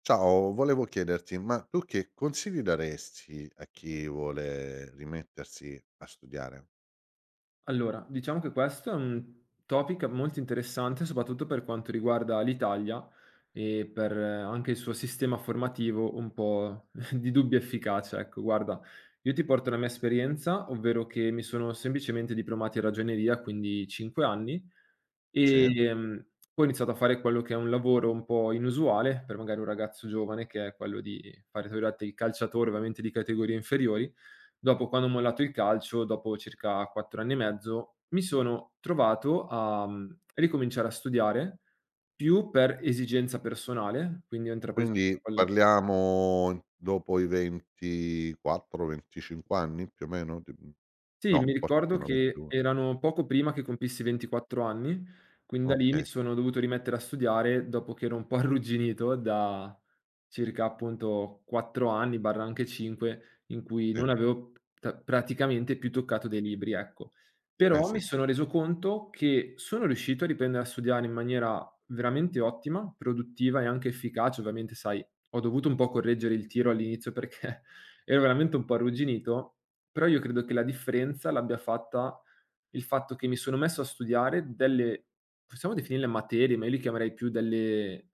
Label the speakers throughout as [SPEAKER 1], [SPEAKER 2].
[SPEAKER 1] Ciao, volevo chiederti, ma tu che consigli daresti a chi vuole rimettersi a studiare?
[SPEAKER 2] Allora, diciamo che questo è un topic molto interessante, soprattutto per quanto riguarda l'Italia e per anche il suo sistema formativo un po' di dubbia efficacia. Ecco, guarda, io ti porto la mia esperienza, ovvero che mi sono semplicemente diplomato in ragioneria, quindi 5 anni,
[SPEAKER 1] Sì.
[SPEAKER 2] e poi ho iniziato a fare quello che è un lavoro un po' inusuale per magari un ragazzo giovane, che è quello di fare, tra virgolette, il calciatore, ovviamente di categorie inferiori. Dopo, quando ho mollato il calcio, dopo circa 4 anni e mezzo, mi sono trovato a ricominciare a studiare, più per esigenza personale, quindi ho intrapreso
[SPEAKER 1] Quindi
[SPEAKER 2] quella.
[SPEAKER 1] parliamo dopo i 24, 25 anni più o meno? Ti mhmm,
[SPEAKER 2] Sì, mi
[SPEAKER 1] no, forse
[SPEAKER 2] ricordo
[SPEAKER 1] prima,
[SPEAKER 2] che
[SPEAKER 1] 22.
[SPEAKER 2] erano poco prima che compissi 24 anni, quindi da lì mi
[SPEAKER 1] Okay,
[SPEAKER 2] sono dovuto rimettere a studiare dopo che ero un po' arrugginito da circa appunto 4 anni, barra anche 5, in cui
[SPEAKER 1] sì.
[SPEAKER 2] non avevo ta praticamente più toccato dei libri, ecco.
[SPEAKER 1] Eh
[SPEAKER 2] Però
[SPEAKER 1] sì,
[SPEAKER 2] mi sono reso conto che sono riuscito a riprendere a studiare in maniera veramente ottima, produttiva e anche efficace. Ovviamente, sai, ho dovuto un po' correggere il tiro all'inizio perché ero veramente un po' arrugginito, però io credo che la differenza l'abbia fatta il fatto che mi sono messo a studiare delle, possiamo definirle materie, ma io li chiamerei più delle,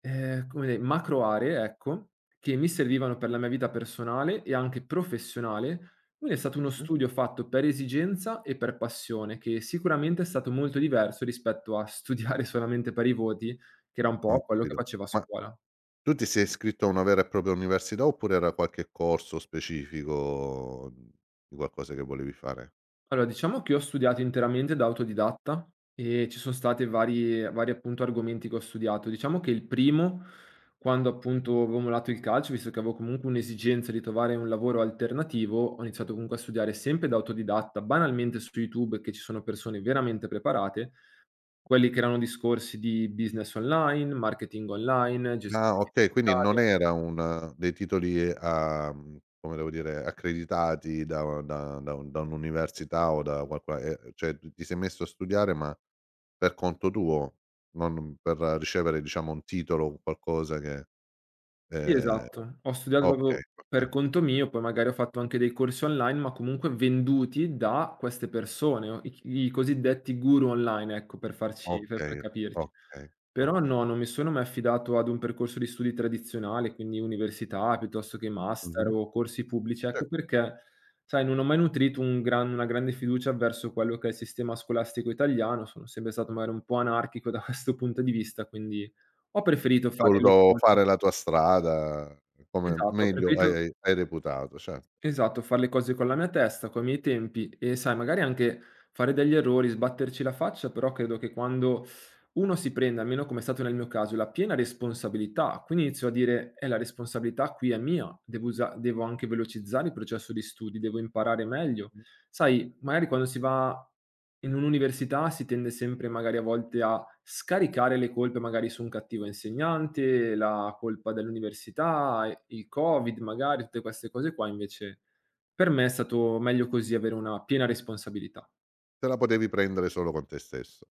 [SPEAKER 2] come de macro aree, ecco, che mi servivano per la mia vita personale e anche professionale. Quindi è stato uno
[SPEAKER 1] sì,
[SPEAKER 2] studio fatto per esigenza e per passione, che sicuramente è stato molto diverso rispetto a studiare solamente per i voti, che era un
[SPEAKER 1] ho
[SPEAKER 2] po' quello che
[SPEAKER 1] capito.
[SPEAKER 2] facevo a
[SPEAKER 1] Ma
[SPEAKER 2] scuola.
[SPEAKER 1] tu ti sei iscritto a una vera e propria università oppure era qualche corso specifico, di qualcosa che volevi fare?
[SPEAKER 2] Allora, diciamo che io ho studiato interamente da autodidatta e ci sono state vari appunto argomenti che ho studiato. Diciamo che il primo, quando appunto avevo mollato il calcio, visto che avevo comunque un'esigenza di trovare un lavoro alternativo, ho iniziato comunque a studiare sempre da autodidatta, banalmente su YouTube, che ci sono persone veramente preparate, quelli che erano discorsi di business online, marketing online, gestione
[SPEAKER 1] Ah okay, quindi non
[SPEAKER 2] finanziaria.
[SPEAKER 1] era un dei titoli come devo dire, accreditati da u da da un da un'università o da qualcun e cioè tu ti sei messo a studiare ma per conto tuo, non per ricevere diciamo un titolo o qualcosa che
[SPEAKER 2] Sì,
[SPEAKER 1] ehm,
[SPEAKER 2] esatto. Ho studiato
[SPEAKER 1] okay,
[SPEAKER 2] proprio per
[SPEAKER 1] okay,
[SPEAKER 2] conto mio, poi magari ho fatto anche dei corsi online, ma comunque venduti da queste persone, o i cosiddetti guru online, ecco, per farci per
[SPEAKER 1] okay,
[SPEAKER 2] capirci.
[SPEAKER 1] okay,
[SPEAKER 2] Però
[SPEAKER 1] okay.
[SPEAKER 2] no, non mi sono mai affidato ad un percorso di studi tradizionale, quindi università piuttosto che master
[SPEAKER 1] Mh-mh.
[SPEAKER 2] o corsi pubblici, ecco
[SPEAKER 1] Certo,
[SPEAKER 2] perché, sai, non ho mai nutrito un gran una grande fiducia verso quello che è il sistema scolastico italiano, sono sempre stato magari un po' anarchico da questo punto di vista, quindi ho preferito
[SPEAKER 1] hai
[SPEAKER 2] fare le
[SPEAKER 1] voluto
[SPEAKER 2] cose.
[SPEAKER 1] fare la tua strada come
[SPEAKER 2] Esatto, ho
[SPEAKER 1] meglio hai
[SPEAKER 2] preferito,
[SPEAKER 1] hai hai reputato, certo.
[SPEAKER 2] esatto, far le cose con la mia testa, coi miei tempi, e sai magari anche fare degli errori, sbatterci la faccia, però credo che quando uno si prende, almeno come è stato nel mio caso, la piena responsabilità, quindi inizio a dire: la responsabilità qui è mia, devo usa devo anche velocizzare il processo di studi, devo imparare meglio". Sai, magari quando si va in un'università si tende sempre magari a volte a scaricare le colpe magari su un cattivo insegnante, la colpa dell'università, e il Covid magari, tutte queste cose qua, invece per me è stato meglio così, avere una piena responsabilità.
[SPEAKER 1] Te la potevi prendere solo con te stesso.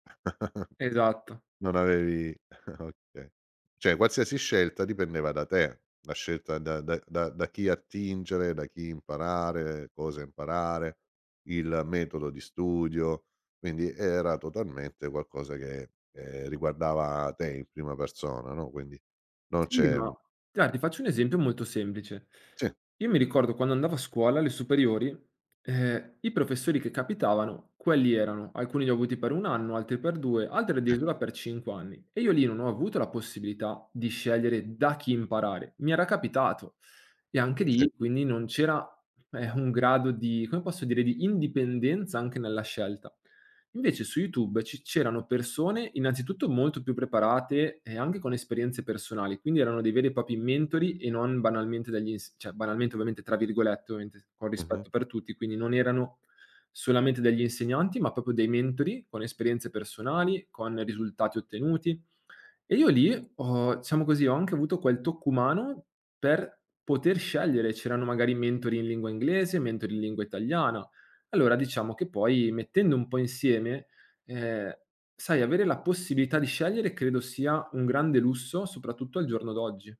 [SPEAKER 2] Esatto.
[SPEAKER 1] Non avevi okay. Cioè qualsiasi scelta dipendeva da te, la scelta da chi attingere, da chi imparare, cosa imparare, il metodo di studio, quindi era totalmente qualcosa che, riguardava te in prima persona, no, quindi non
[SPEAKER 2] Sì,
[SPEAKER 1] c'è.
[SPEAKER 2] ma guarda, ti faccio un esempio molto semplice.
[SPEAKER 1] Sì,
[SPEAKER 2] Io mi ricordo quando andavo a scuola, alle superiori, i professori che capitavano, quelli erano. Alcuni li ho avuti per 1 anno, altri per 2, altri
[SPEAKER 1] sì,
[SPEAKER 2] addirittura per 5 anni, e io lì non ho avuto la possibilità di scegliere da chi imparare. Mi era capitato, e anche
[SPEAKER 1] sì.
[SPEAKER 2] lì quindi non c'era, un grado di, come posso dire, di indipendenza anche nella scelta. Invece su YouTube ci c'erano persone innanzitutto molto più preparate e anche con esperienze personali, quindi erano dei veri e propri mentori e non banalmente degli ins cioè banalmente, ovviamente tra virgolette, ovviamente con
[SPEAKER 1] Mh-mh.
[SPEAKER 2] rispetto per tutti, quindi non erano solamente degli insegnanti, ma proprio dei mentori con esperienze personali, con risultati ottenuti. E io lì ho, diciamo così, ho anche avuto quel tocco umano per poter scegliere. C'erano magari mentori in lingua inglese, mentori in lingua italiana. Allora diciamo che poi, mettendo un po' insieme, ehm, sai, avere la possibilità di scegliere credo sia un grande lusso, soprattutto al giorno d'oggi.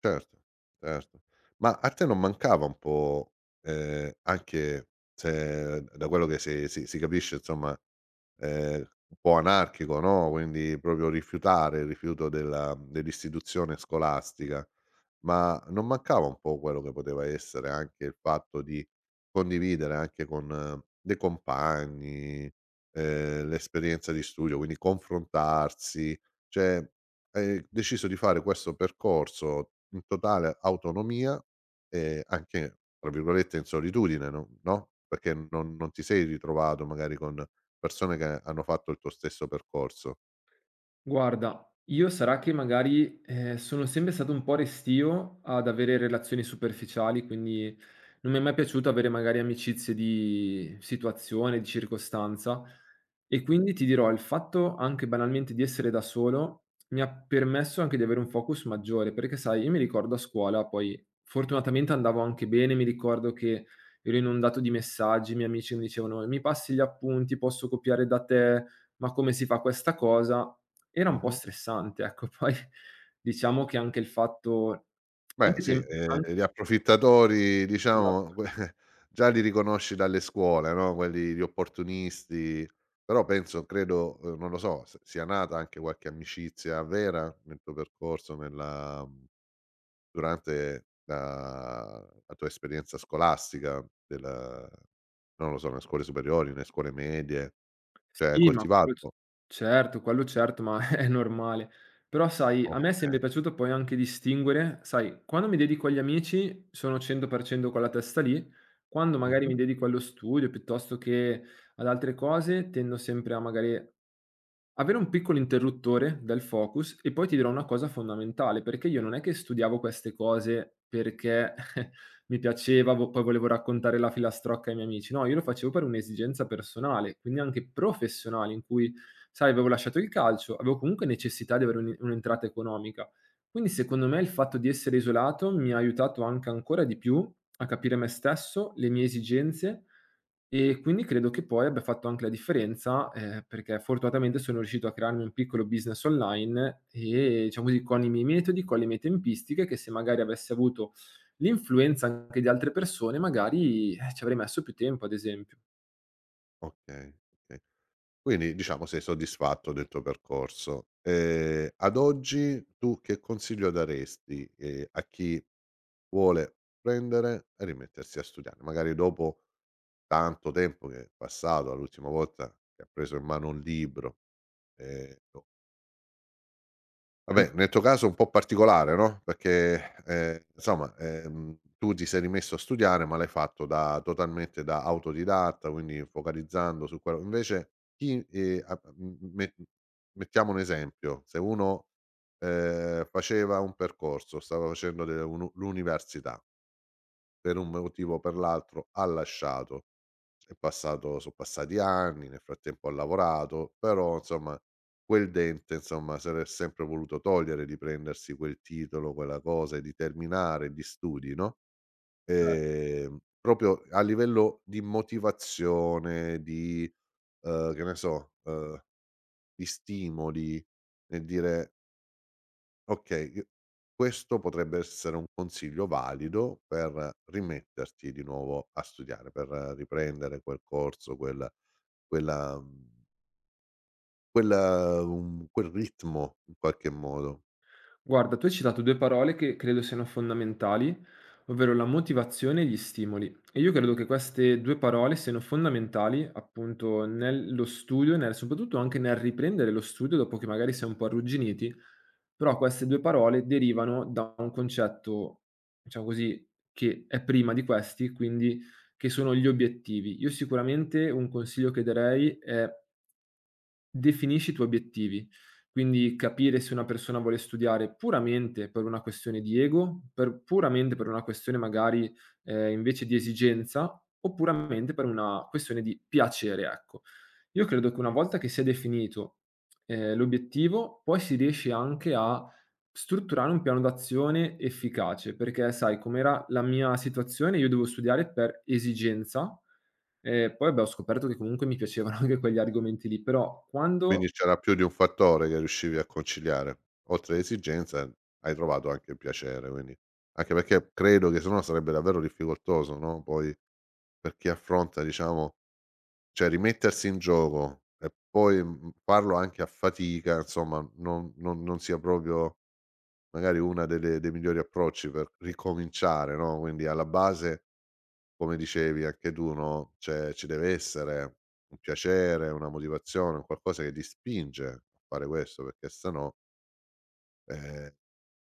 [SPEAKER 1] Certo, certo. Ma a te non mancava un po', anche se da quello che si capisce insomma. Ehm, un po' anarchico, no, quindi proprio rifiutare il rifiuto della dell'istituzione scolastica, ma non mancava un po' quello che poteva essere anche il fatto di condividere anche con dei compagni, l'esperienza di studio, quindi confrontarsi. Cioè, hai deciso di fare questo percorso in totale autonomia e anche, tra virgolette, "in solitudine", no, no, perché non ti sei ritrovato magari con persone che hanno fatto il tuo stesso percorso.
[SPEAKER 2] Guarda, io, sarà che magari, sono sempre stato un po' restio ad avere relazioni superficiali, quindi non mi è mai piaciuto avere magari amicizie di situazione, di circostanza, e
[SPEAKER 1] Mh.
[SPEAKER 2] quindi ti dirò, il fatto anche banalmente di essere da solo mi ha permesso anche di avere un focus maggiore, perché sai, io mi ricordo a scuola, poi fortunatamente andavo anche bene, mi ricordo che ero inondato di messaggi, i miei amici mi dicevano: "Mi passi gli appunti, posso copiare da te, ma come si fa questa cosa?". Era un po'
[SPEAKER 1] Mh-mh.
[SPEAKER 2] stressante, ecco. Poi diciamo che anche il fatto
[SPEAKER 1] Beh
[SPEAKER 2] anche
[SPEAKER 1] sì,
[SPEAKER 2] tem an
[SPEAKER 1] gli approfittatori diciamo
[SPEAKER 2] esatto.
[SPEAKER 1] que già li riconosci dalle scuole, no, quelli gli opportunisti, però penso credo, non lo so, s sia nata anche qualche amicizia vera nel tuo percorso durante la tua esperienza scolastica del non lo so, nelle scuole superiori, nelle scuole medie, cioè hai
[SPEAKER 2] Sì, ma quello c
[SPEAKER 1] coltivato?
[SPEAKER 2] certo, quello certo, ma è normale. Però sai, a me è
[SPEAKER 1] Okay.
[SPEAKER 2] sempre piaciuto poi anche distinguere, sai, quando mi dedico agli amici sono 100% con la testa lì, quando magari
[SPEAKER 1] Mh-mh.
[SPEAKER 2] mi dedico allo studio piuttosto che ad altre cose, tendo sempre a magari avere un piccolo interruttore del focus. E poi ti dirò una cosa fondamentale, perché io non è che studiavo queste cose perché mi piaceva, vo poi volevo raccontare la filastrocca ai miei amici. No, io lo facevo per un'esigenza personale, quindi anche professionale, in cui, sai, avevo lasciato il calcio, avevo comunque necessità di avere un'entrata economica. Quindi secondo me il fatto di essere isolato mi ha aiutato anche ancora di più a capire me stesso, le mie esigenze, e quindi credo che poi abbia fatto anche la differenza, perché fortunatamente sono riuscito a crearmi un piccolo business online e, diciamo così, con i miei metodi, con le mie tempistiche, che se magari avessi avuto l'influenza anche di altre persone, magari, ci avrei messo più tempo, ad esempio.
[SPEAKER 1] Okay, okay. Quindi diciamo sei soddisfatto del tuo percorso. Ad oggi tu che consiglio daresti, a chi vuole prendere e rimettersi a studiare? Magari dopo tanto tempo che è passato dall'ultima volta che ha preso in mano un libro. ehm Vabbè, nel tuo caso è un po' particolare, no, perché, insomma, tu ti sei rimesso a studiare, ma l'hai fatto da totalmente da autodidatta, quindi focalizzando su quello invece chi, a m me mettiamo un esempio, se uno, faceva un percorso, stava facendo de un l'università per un motivo o per l'altro ha lasciato. È passato son passati anni, nel frattempo ha lavorato, però insomma quel dente insomma se l'è sempre voluto togliere di prendersi quel titolo, quella cosa e di terminare gli studi, no, proprio a livello di motivazione, di, che ne so, di stimoli, nel dire Okay, i questo potrebbe essere un consiglio valido per rimetterti di nuovo a studiare, per riprendere quel corso, quel quella mhmm, quella quel ritmo in qualche modo.
[SPEAKER 2] Guarda, tu hai citato 2 parole che credo siano fondamentali, ovvero la motivazione e gli stimoli. E io credo che queste 2 parole siano fondamentali, appunto, nello studio e nel, soprattutto, anche nel riprendere lo studio dopo che magari si è un po' arrugginiti, però queste 2 parole derivano da un concetto, diciamo così, che è prima di questi, quindi che sono gli obiettivi. Io sicuramente un consiglio che darei è: definisci i tuoi obiettivi, quindi capire se una persona vuole studiare puramente per una questione di ego, per puramente per una questione magari, invece di esigenza, o puramente per una questione di piacere, ecco. Io credo che una volta che si è definito, l'obiettivo, poi si riesce anche a strutturare un piano d'azione efficace, perché sai com'era la mia situazione, io dovevo studiare per esigenza. Poi, beh, ho scoperto che comunque mi piacevano anche quegli argomenti lì, però quando...
[SPEAKER 1] Quindi c'era più di un fattore che riuscivi a conciliare. Oltre all'esigenza hai trovato anche il piacere, quindi anche perché credo che se no sarebbe davvero difficoltoso, no, poi per chi affronta diciamo. Cioè rimettersi in gioco e poi, farlo anche a fatica, insomma, non sia proprio magari una delle dei migliori approcci per ricominciare, no, quindi alla base, come dicevi anche tu, no, cioè ci deve essere un piacere, una motivazione, un qualcosa che ti spinge a fare questo, perché se no, ehm,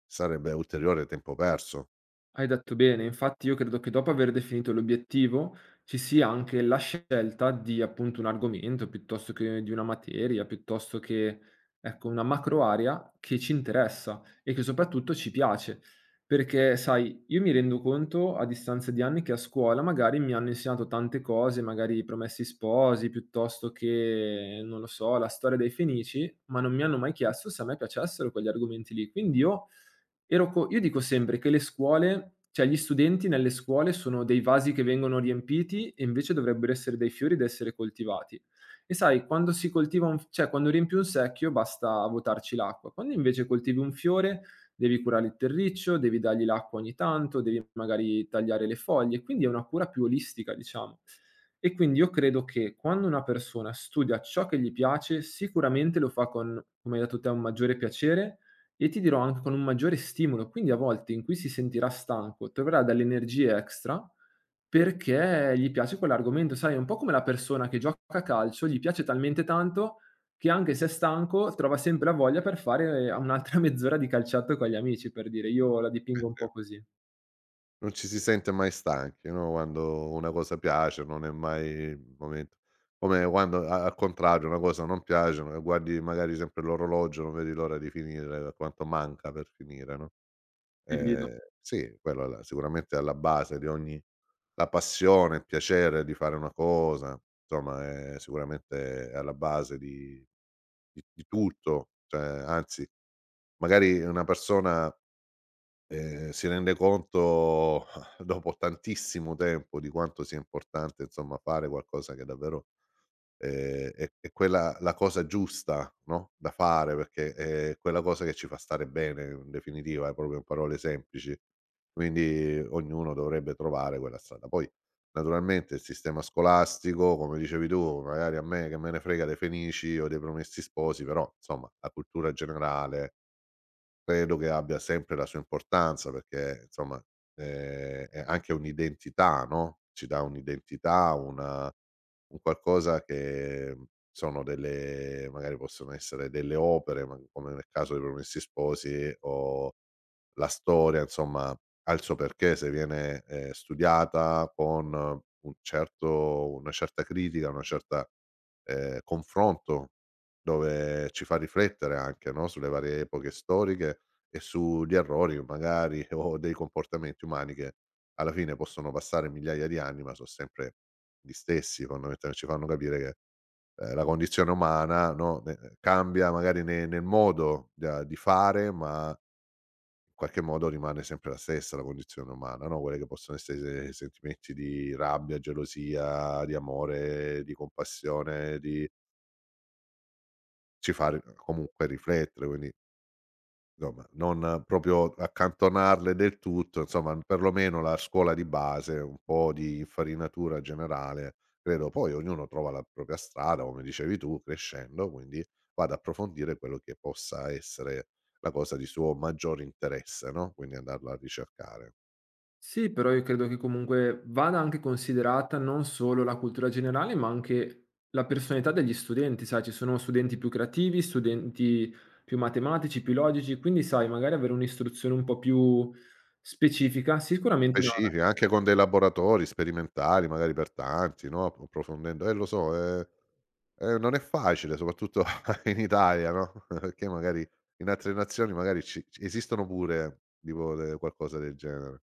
[SPEAKER 1] sarebbe ulteriore tempo perso.
[SPEAKER 2] Hai detto bene, infatti io credo che dopo aver definito l'obiettivo ci sia anche la scelta di, appunto, un argomento piuttosto che di una materia, piuttosto che, ecco, una macro area che ci interessa e che soprattutto ci piace. Perché, sai, io mi rendo conto a distanza di anni che a scuola magari mi hanno insegnato tante cose, magari i promessi sposi, piuttosto che, non lo so, la storia dei Fenici, ma non mi hanno mai chiesto se a me piacessero quegli argomenti lì. Quindi io... Ero co Io dico sempre che le scuole, cioè gli studenti nelle scuole, sono dei vasi che vengono riempiti, e invece dovrebbero essere dei fiori da essere coltivati. E sai, quando si coltiva un f cioè quando riempi un secchio basta vuotarci l'acqua, quando invece coltivi un fiore devi curare il terriccio, devi dargli l'acqua ogni tanto, devi magari tagliare le foglie, quindi è una cura più olistica, diciamo. E quindi io credo che quando una persona studia ciò che gli piace, sicuramente lo fa con, come hai detto te, un maggiore piacere, e ti dirò anche con un maggiore stimolo, quindi a volte in cui si sentirà stanco, troverà delle energie extra perché gli piace quell'argomento. Sai, è un po' come la persona che gioca a calcio, gli piace talmente tanto che anche se è stanco trova sempre la voglia per fare un'altra mezz'ora di calciatto con gli amici, per dire. Io la dipingo un po' così.
[SPEAKER 1] Non ci si sente mai stanchi, no, quando una cosa piace non è mai il momento come quando a al contrario una cosa non piace, ma guardi magari sempre l'orologio, non vedi l'ora di finire, quanto manca per finire, no.
[SPEAKER 2] Divido.
[SPEAKER 1] Sì, quello è la sicuramente è alla base di ogni la passione, il piacere di fare una cosa, insomma è sicuramente è alla base di tutto, cioè anzi magari una persona. Si rende conto dopo tantissimo tempo di quanto sia importante, insomma, fare qualcosa che davvero, è quella la cosa giusta, no, da fare perché è quella cosa che ci fa stare bene in definitiva, proprio in parole semplici. Quindi ognuno dovrebbe trovare quella strada. Poi naturalmente il sistema scolastico, come dicevi tu, magari a me che me ne frega dei Fenici o dei Promessi Sposi, però insomma la cultura generale. Credo che abbia sempre la sua importanza perché insomma, è anche un'identità, no, ci dà un'identità, una un qualcosa che sono delle magari possono essere delle opere, ma come nel caso dei Promessi Sposi o la storia insomma ha il suo perché se viene, studiata con un certo una certa critica, una certa confronto dove ci fa riflettere anche, no, sulle varie epoche storiche e sugli errori magari o dei comportamenti umani che alla fine possono passare migliaia di anni, ma so' sempre gli stessi fondamental ci fanno capire che, la condizione umana, no, ne cambia magari ne nel modo da di fare ma qualche modo rimane sempre la stessa la condizione umana, no, quelle che possono essere i sentimenti di rabbia, gelosia, di amore, di compassione, di ci fa ri comunque riflettere, quindi insomma non proprio accantonarle del tutto, insomma perlomeno la scuola di base, un po' di infarinatura generale, credo poi ognuno trova la propria strada, come dicevi tu, crescendo, quindi va ad approfondire quello che possa essere la cosa di suo maggiore interesse, no, quindi andarla a ricercare.
[SPEAKER 2] Sì, però io credo che comunque vada anche considerata non solo la cultura generale, ma anche la personalità degli studenti, sai, ci sono studenti più creativi, studenti più matematici, più logici, quindi sai, magari avere un'istruzione un po' più specifica, sicuramente una...
[SPEAKER 1] Specifica, anche con dei laboratori sperimentali, magari per tanti, no, approfondendo lo so, non è facile soprattutto in Italia, no, perché magari in altre nazioni magari ci esistono pure tipo de qualcosa del genere.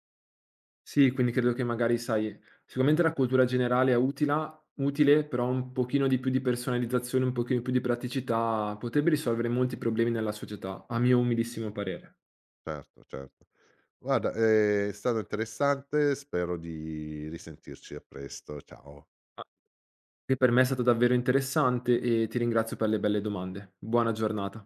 [SPEAKER 2] Sì, quindi credo che magari, sai, sicuramente la cultura generale è utile, utile, però un pochino di più di personalizzazione, un pochino più di praticità potrebbe risolvere molti problemi nella società, a mio umilissimo parere.
[SPEAKER 1] Certo, certo. Guarda, è stato interessante, spero di risentirci a presto. Ciao.
[SPEAKER 2] Che per me è stato davvero interessante, e ti ringrazio per le belle domande. Buona giornata.